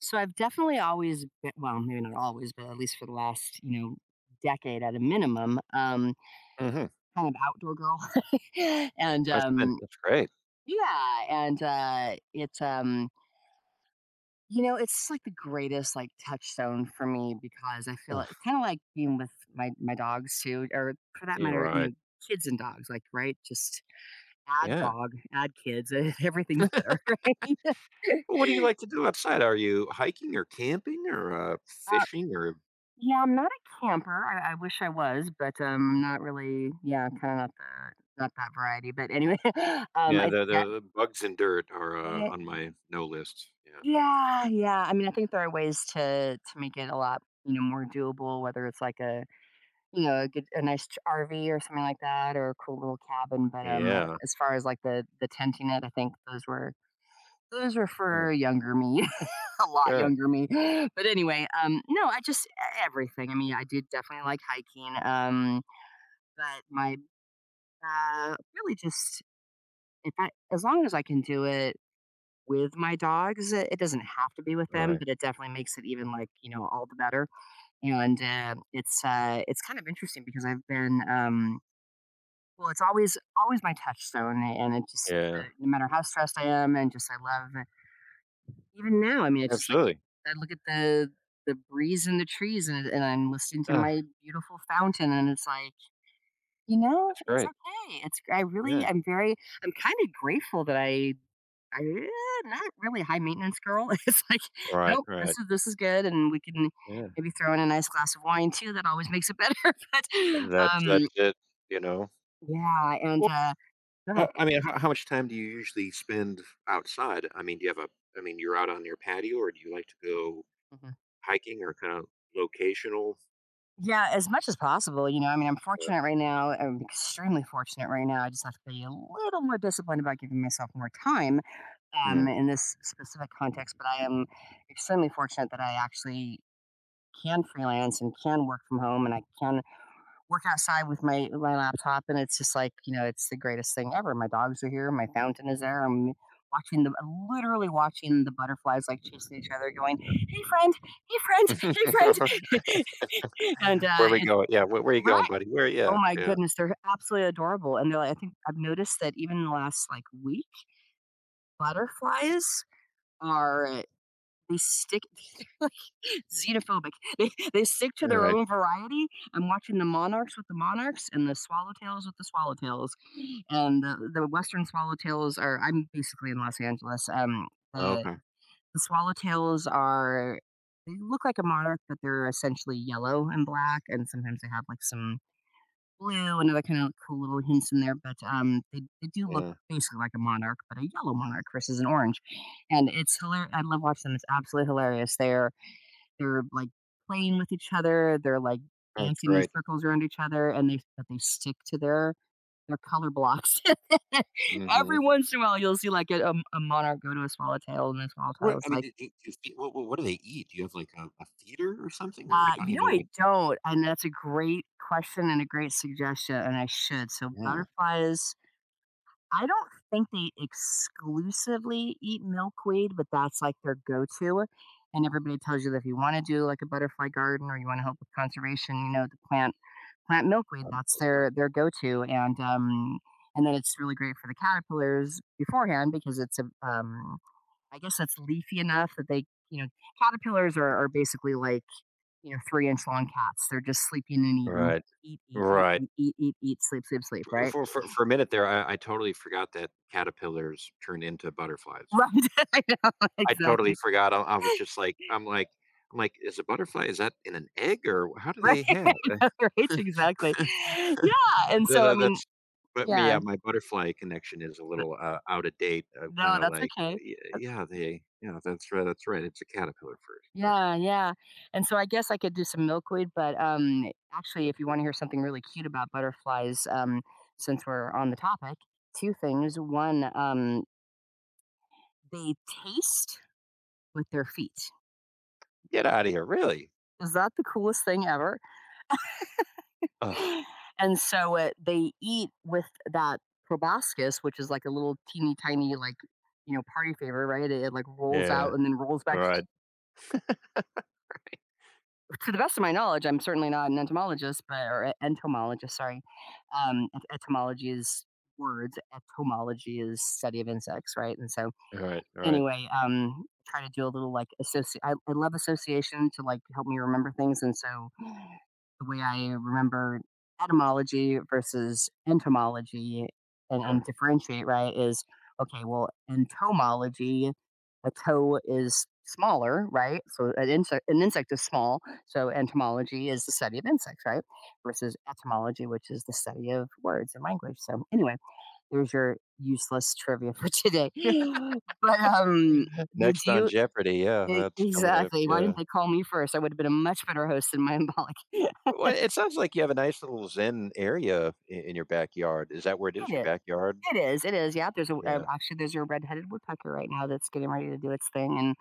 So I've definitely always been, well, maybe not always, but at least for the last, decade at a minimum, Mhm. kind of outdoor girl. and That's great. yeah, and it's, you know, it's like the greatest like touchstone for me because I feel Ugh. it's kind of like being with my dogs too, or for that You're matter, right. Kids and dogs, like right, just add Yeah. dog, add kids, everything's better, right? Well, what do you like to do outside? Are you hiking or camping or, Uh, fishing or Yeah, I'm not a camper. I wish I was, but not really. Yeah, kind of not that variety. But anyway, yeah, I the yeah, the the bugs and dirt are, yeah, on my no list. Yeah. yeah. Yeah. I mean, I think there are ways to make it a lot more doable. Whether it's like a you know a good a nice ch- RV or something like that, or a cool little cabin. But Yeah. as far as like the tenting it, I think those were Yeah. for younger me, a lot Sure. younger me. But anyway, no, everything. I mean, I did definitely like hiking. But my really just if I as long as I can do it with my dogs, it doesn't have to be with All them, right. but it definitely makes it even like all the better. And it's kind of interesting because I've been well, it's always my touchstone, and it just Yeah. No matter how stressed I am, and just I love even now. I mean, it's just like Absolutely. I look at the breeze in the trees, and I'm listening to Ah, my beautiful fountain, and it's like you know, that's it's great. okay. It's I really Yeah. I'm very I'm kind of grateful that I'm not really a high maintenance girl. It's like, All right, nope, all this right. is this is good, and we can Yeah. maybe throw in a nice glass of wine too. That always makes it better. But That's um, that's it, you know? yeah, and Well, go ahead. I mean, how much time do you usually spend outside? I mean, do you have a I mean, you're out on your patio or do you like to go Mhm. hiking or kinda locational. Yeah, as much as possible. You know, I mean, I'm Yeah. fortunate right now. I'm extremely fortunate right now. I just have to be a little more disciplined about giving myself more time Mm. in this specific context. But I am extremely fortunate that I actually can freelance and can work from home and I can work outside with my laptop and it's just like, you know, it's the greatest thing ever. My dogs are here, my fountain is there. I'm watching the Literally watching the butterflies like chasing each other going, "Hey friend, hey friend, hey friend." and Where we it's going? Yeah, where you going, right buddy? Where Oh yeah, my yeah. goodness, they're absolutely adorable. And they're like, I think I've noticed that even in the last like week, butterflies are they stick they're like xenophobic. They stick to their Alright. own variety. I'm watching the monarchs with the monarchs and the swallowtails with the swallowtails, and the western swallowtails are I'm basically in Los Angeles. The Okay. the swallowtails are they look like a monarch, but they're essentially yellow and black, and sometimes they have like some blue and other kind of cool little hints in there, but, they do look Yeah. basically like a monarch, but a yellow monarch versus an orange, and it's hilarious. I love watching them, it's absolutely hilarious. They're playing with each other, they're, like, That's dancing in great. circles around each other, and they but they stick to their color blocks. Every Mhm. once in a while, you'll see, like, a monarch go to a swallowtail, and the What swallowtail's I mean, like, do do do fe what do they eat? Do you have, like, a feeder or something? Well, like, I don't you know even know I what. don't," and that's a great question and a great suggestion, and I should. So Yeah. butterflies I don't think they exclusively eat milkweed, but that's like their go-to. And everybody tells you that if you want to do like a butterfly garden or you want to help with conservation, you know, to plant milkweed. Out of That's the their garden. their go-to, and then it's really great for the caterpillars beforehand because it's a I guess that's leafy enough that they you know caterpillars are basically like 3 inch long cats. They're just sleeping and eating. Right. Eat, eat, eat, Right. eat, eat, eat, eat, sleep, sleep, sleep, right? For a minute there, I totally forgot that caterpillars turn into butterflies. Right. I know, I totally exactly. forgot. I was just like I'm like I'm like, "Is a butterfly is that in an egg, or how do Right, they have?" right, exactly. Yeah, and Tha so, I tha mean that's but me yeah, yeah, my butterfly connection is a n little, out of date. I'm no, kinda that's like, okay. "Y yeah, they yeah, that's right, it's a caterpillar first. Yeah, Yeah, yeah, and so I guess I could do some milkweed, but, actually, if you definitely." wanna hear something really cute about butterflies, since we're on the topic, two things. One, they taste with their feet. Get out of here, really? Is that the coolest thing ever? Ugh. And so they eat with that proboscis, which is like a little teeny tiny, like, you know, party favor, right? It like rolls out Yeah. and then rolls back. Alright. To the best of my knowledge, I'm certainly not an entomologist, but or entomologist, sorry. Etymology is words. Etymology is study of insects, right? And so, Alright, alright, anyway, try to do a little like associate. I love association to like help me remember things, and so the way I remember etymology versus entomology and sure. differentiate, right, is okay, well, entomology, a toe is smaller, right? So an insect is small. So entomology is the study of insects, right? Versus etymology, which is the study of words and language. So anyway, there's your useless trivia for today. But did Next on you Jeopardy! Yeah, e- that's coming up, exactly why didn't yeah. they call me first? I would have been a much better host than my symbolic. It Well, it sounds like you have a nice little zen area I in your backyard. Is that where it is, your is. backyard? It is, it is, yeah. There's a Yeah. actually, there's a red-headed woodpecker right now that's getting ready to do its thing, and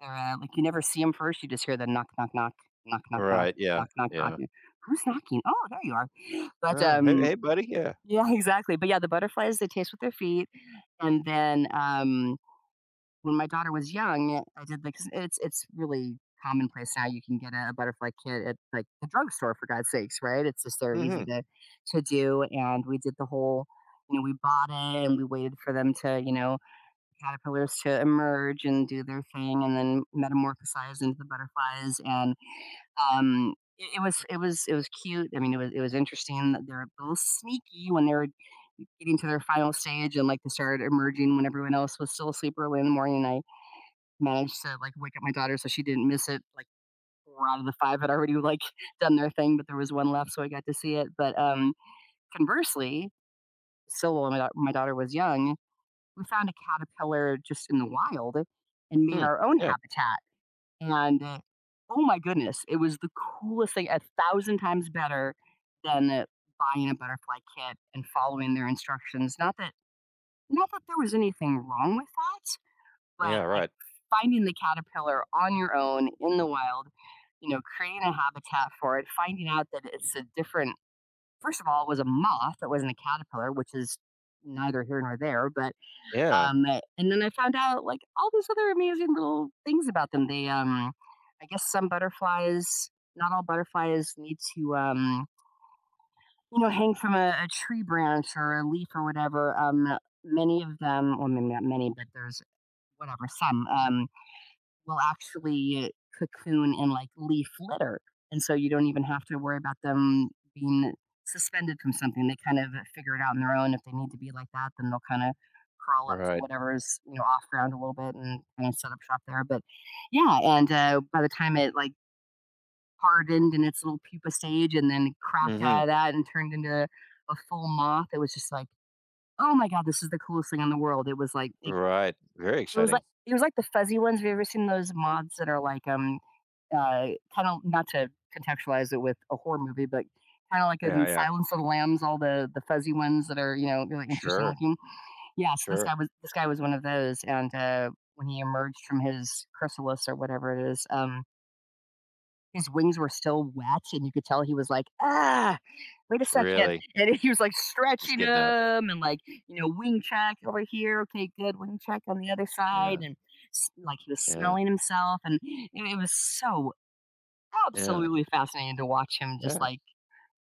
they're, like, you never see 'em first, you just hear the knock, knock, knock, knock, knock, All knock, right. Yeah, knock, knock, knock, yeah. and "Who's knocking?" "Oh, there you are." But, "Oh, hey hey, buddy." Yeah. yeah, exactly, but, yeah, the butterflies, they taste with their feet, and then, when my daughter was young, I did because it's really commonplace now, you can get a butterfly kit at, like, the drugstore, for God's sakes, right? It's just they're Mm. easy Mhm. To do, and we did the whole we bought it, and we waited for them to, you know, caterpillars to emerge and do their thing and then metamorphosize into the butterflies, and, it was cute, I mean, it was interesting that they're a little sneaky when they were getting to their final stage and, like, they started emerging when everyone else was still asleep early in the morning, I managed to, like, wake up my daughter so she didn't miss it, like, 4 out of the 5 had already, like, done their thing, but there was one left, so I got to see it, but, conversely, still when my daughter was young, we found a caterpillar just in the wild and made Mm. our own Yeah. habitat, and, oh my goodness, it was the coolest thing, 1,000 times better than buying a butterfly kit and following their instructions, not that there was anything wrong with that. But, Yeah, like, right. finding the caterpillar on your own in the wild, you know, creating a habitat for it, finding out that it's a different first of all, it was a moth, it wasn't a caterpillar, which is neither here nor there, but, Yeah. um and then I found out, like, all these other amazing little things about them. I guess some butterflies not all butterflies need to, you know, hang from a tree branch or a leaf or whatever. Many of them well, maybe not many, but there's whatever, some, will actually cocoon in like leaf litter. And so you don't even have to worry about them being suspended from something. They kind of figure it out on their own. If they need to be like that, then they'll kind of crawl up to Right. whatever's off ground a little bit and kind of set up shop there. But yeah, and by the time it like hardened in its little pupa stage and then cracked Mhm. out of that and turned into a full moth, it was just like, oh my god, this is the coolest thing in the world. It was like Right. Very exciting. it was like the fuzzy ones. Have you ever seen those moths that are like kind of not to contextualize it with a horror movie, but kind of like in Yeah, yeah. Silence of the Lambs, all the fuzzy ones that are really interesting Sure, looking. Yeah, so this sure. guy was this guy was one of those, and when he emerged from his chrysalis or whatever it is, his wings were still wet, and you could tell he was like, ah, wait a second, Really, and he was like just stretching getting out. them and like you know wing check over here, okay, good, wing check on the other side, Yeah, and like he was yeah, smelling himself, and it was so yeah, absolutely fascinating to watch him just yeah. like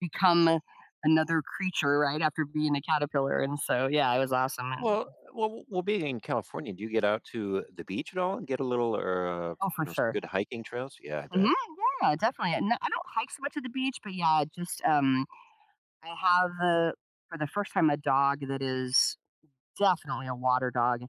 become another creature right after being a caterpillar. And so, yeah, it was awesome. And Well, being in California, do you get out to the beach at all and get a little, or oh, for you know, some sure. good hiking trails? Yeah, I Hmm, bet. yeah, definitely. And I don't hike so much at the beach, but yeah, just I have for the first time a dog that is definitely a water dog.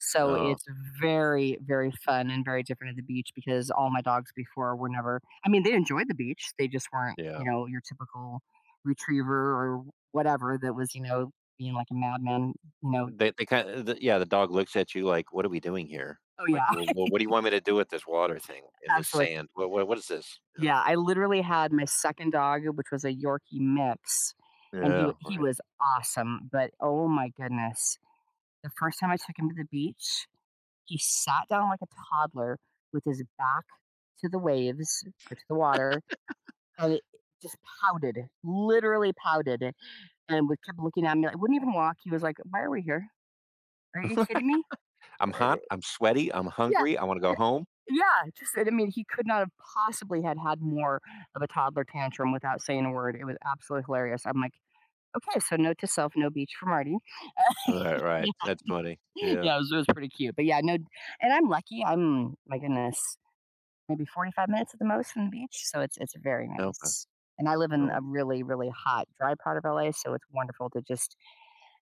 So Oh, it's very, very fun and very different at the beach because all my dogs before were never, I mean, they enjoyed the beach. They just weren't, yeah. you know, your typical retriever or whatever that was, you know, being like a madman, you know. They kind of, the, yeah. The dog looks at you like, "What are we doing here? Oh, yeah, Like, well, what do you want me to do with this water thing in this absolutely. sand? What is this?" Yeah. Yeah, I literally had my second dog, which was a Yorkie mix, and Yeah. he Right. was awesome. But oh my goodness, the first time I took him to the beach, he sat down like a toddler with his back to the waves or to the water, and it just pouted, literally pouted, and would kept looking at me. Like, wouldn't even walk. He was like, "Why are we here? Are you kidding me?" I'm But, hot. I'm sweaty. I'm yeah, hungry. I want to go home. yeah. Just, I mean, he could not have possibly had more of a toddler tantrum without saying a word. It was absolutely hilarious. I'm like, okay, so note to self, no beach for Marty. Right. Right. Yeah, That's funny. Yeah. yeah, it was pretty cute. But yeah, no, and I'm lucky. I'm my goodness, maybe 45 minutes at the most from the beach, so it's very Okay. nice. And I live in a Oh, really, really hot, dry part of LA, so it's wonderful to just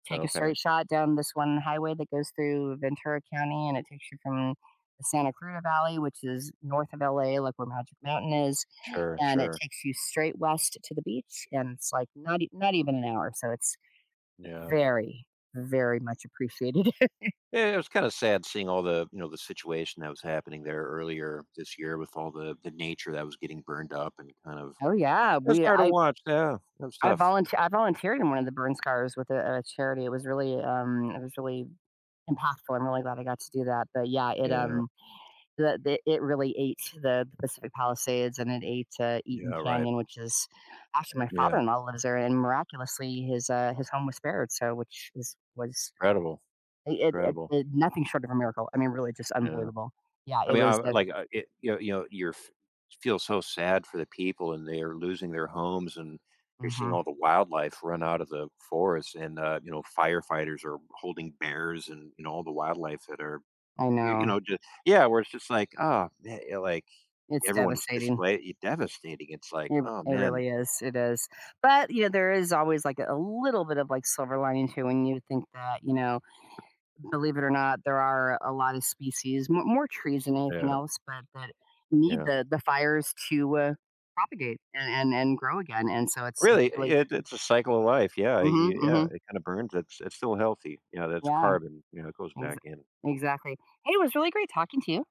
take a okay. straight shot down this one highway that goes through Ventura County, and it takes you from the Santa Cruz Valley, which is north of LA, like where Magic Mountain is, Sure, and it sure. takes you straight west to the beach, and it's like not even an hour, so it's Yeah. very, very much appreciated. Yeah, it was kinda sad seeing all the you know, the situation that was happening there earlier this year with all the nature that was getting burned up and kind of Oh yeah, it was we hard to watch, yeah. That was I tough. volunteer I volunteered in one of the burn scars with a charity. It was really impactful. I'm really glad I got to do that. But yeah, it Yeah. The it really ate the Pacific Palisades and it ate Eaton Yeah, right. Canyon, which is actually my Yeah. father-in-law lives there, and miraculously his home was spared. So which is was Incredible, it, it, incredible. it nothing short of a miracle. I mean, really just Yeah. unbelievable. Yeah, I it mean, I was. A, like, it you know, you're f feel so sad for the people, and they are losing their homes, and you're seeing hmm, all the wildlife run out of the forest, and, you know, firefighters are holding bears and, you know, all the wildlife that are I you you know know, just yeah, where it's just like, "Oh, man," you like, it's everyone is devastating. display y devastating, it's like, It "Oh, it man." really is, it is. But, you know, there is always, like, a little bit of, like, silver lining too when you think that, you know, believe it or not, there are a lot of species, more trees than anything Yeah, else, but that need yeah. The fires to, propagate and and grow again, and so it's Really, really it it's a cycle of life, yeah, mhm, you yeah, mhm. it kinda burns, it's still healthy, yeah, that's Yeah, carbon, you know, it goes exa back in. exactly. Hey, it was really great talking to you.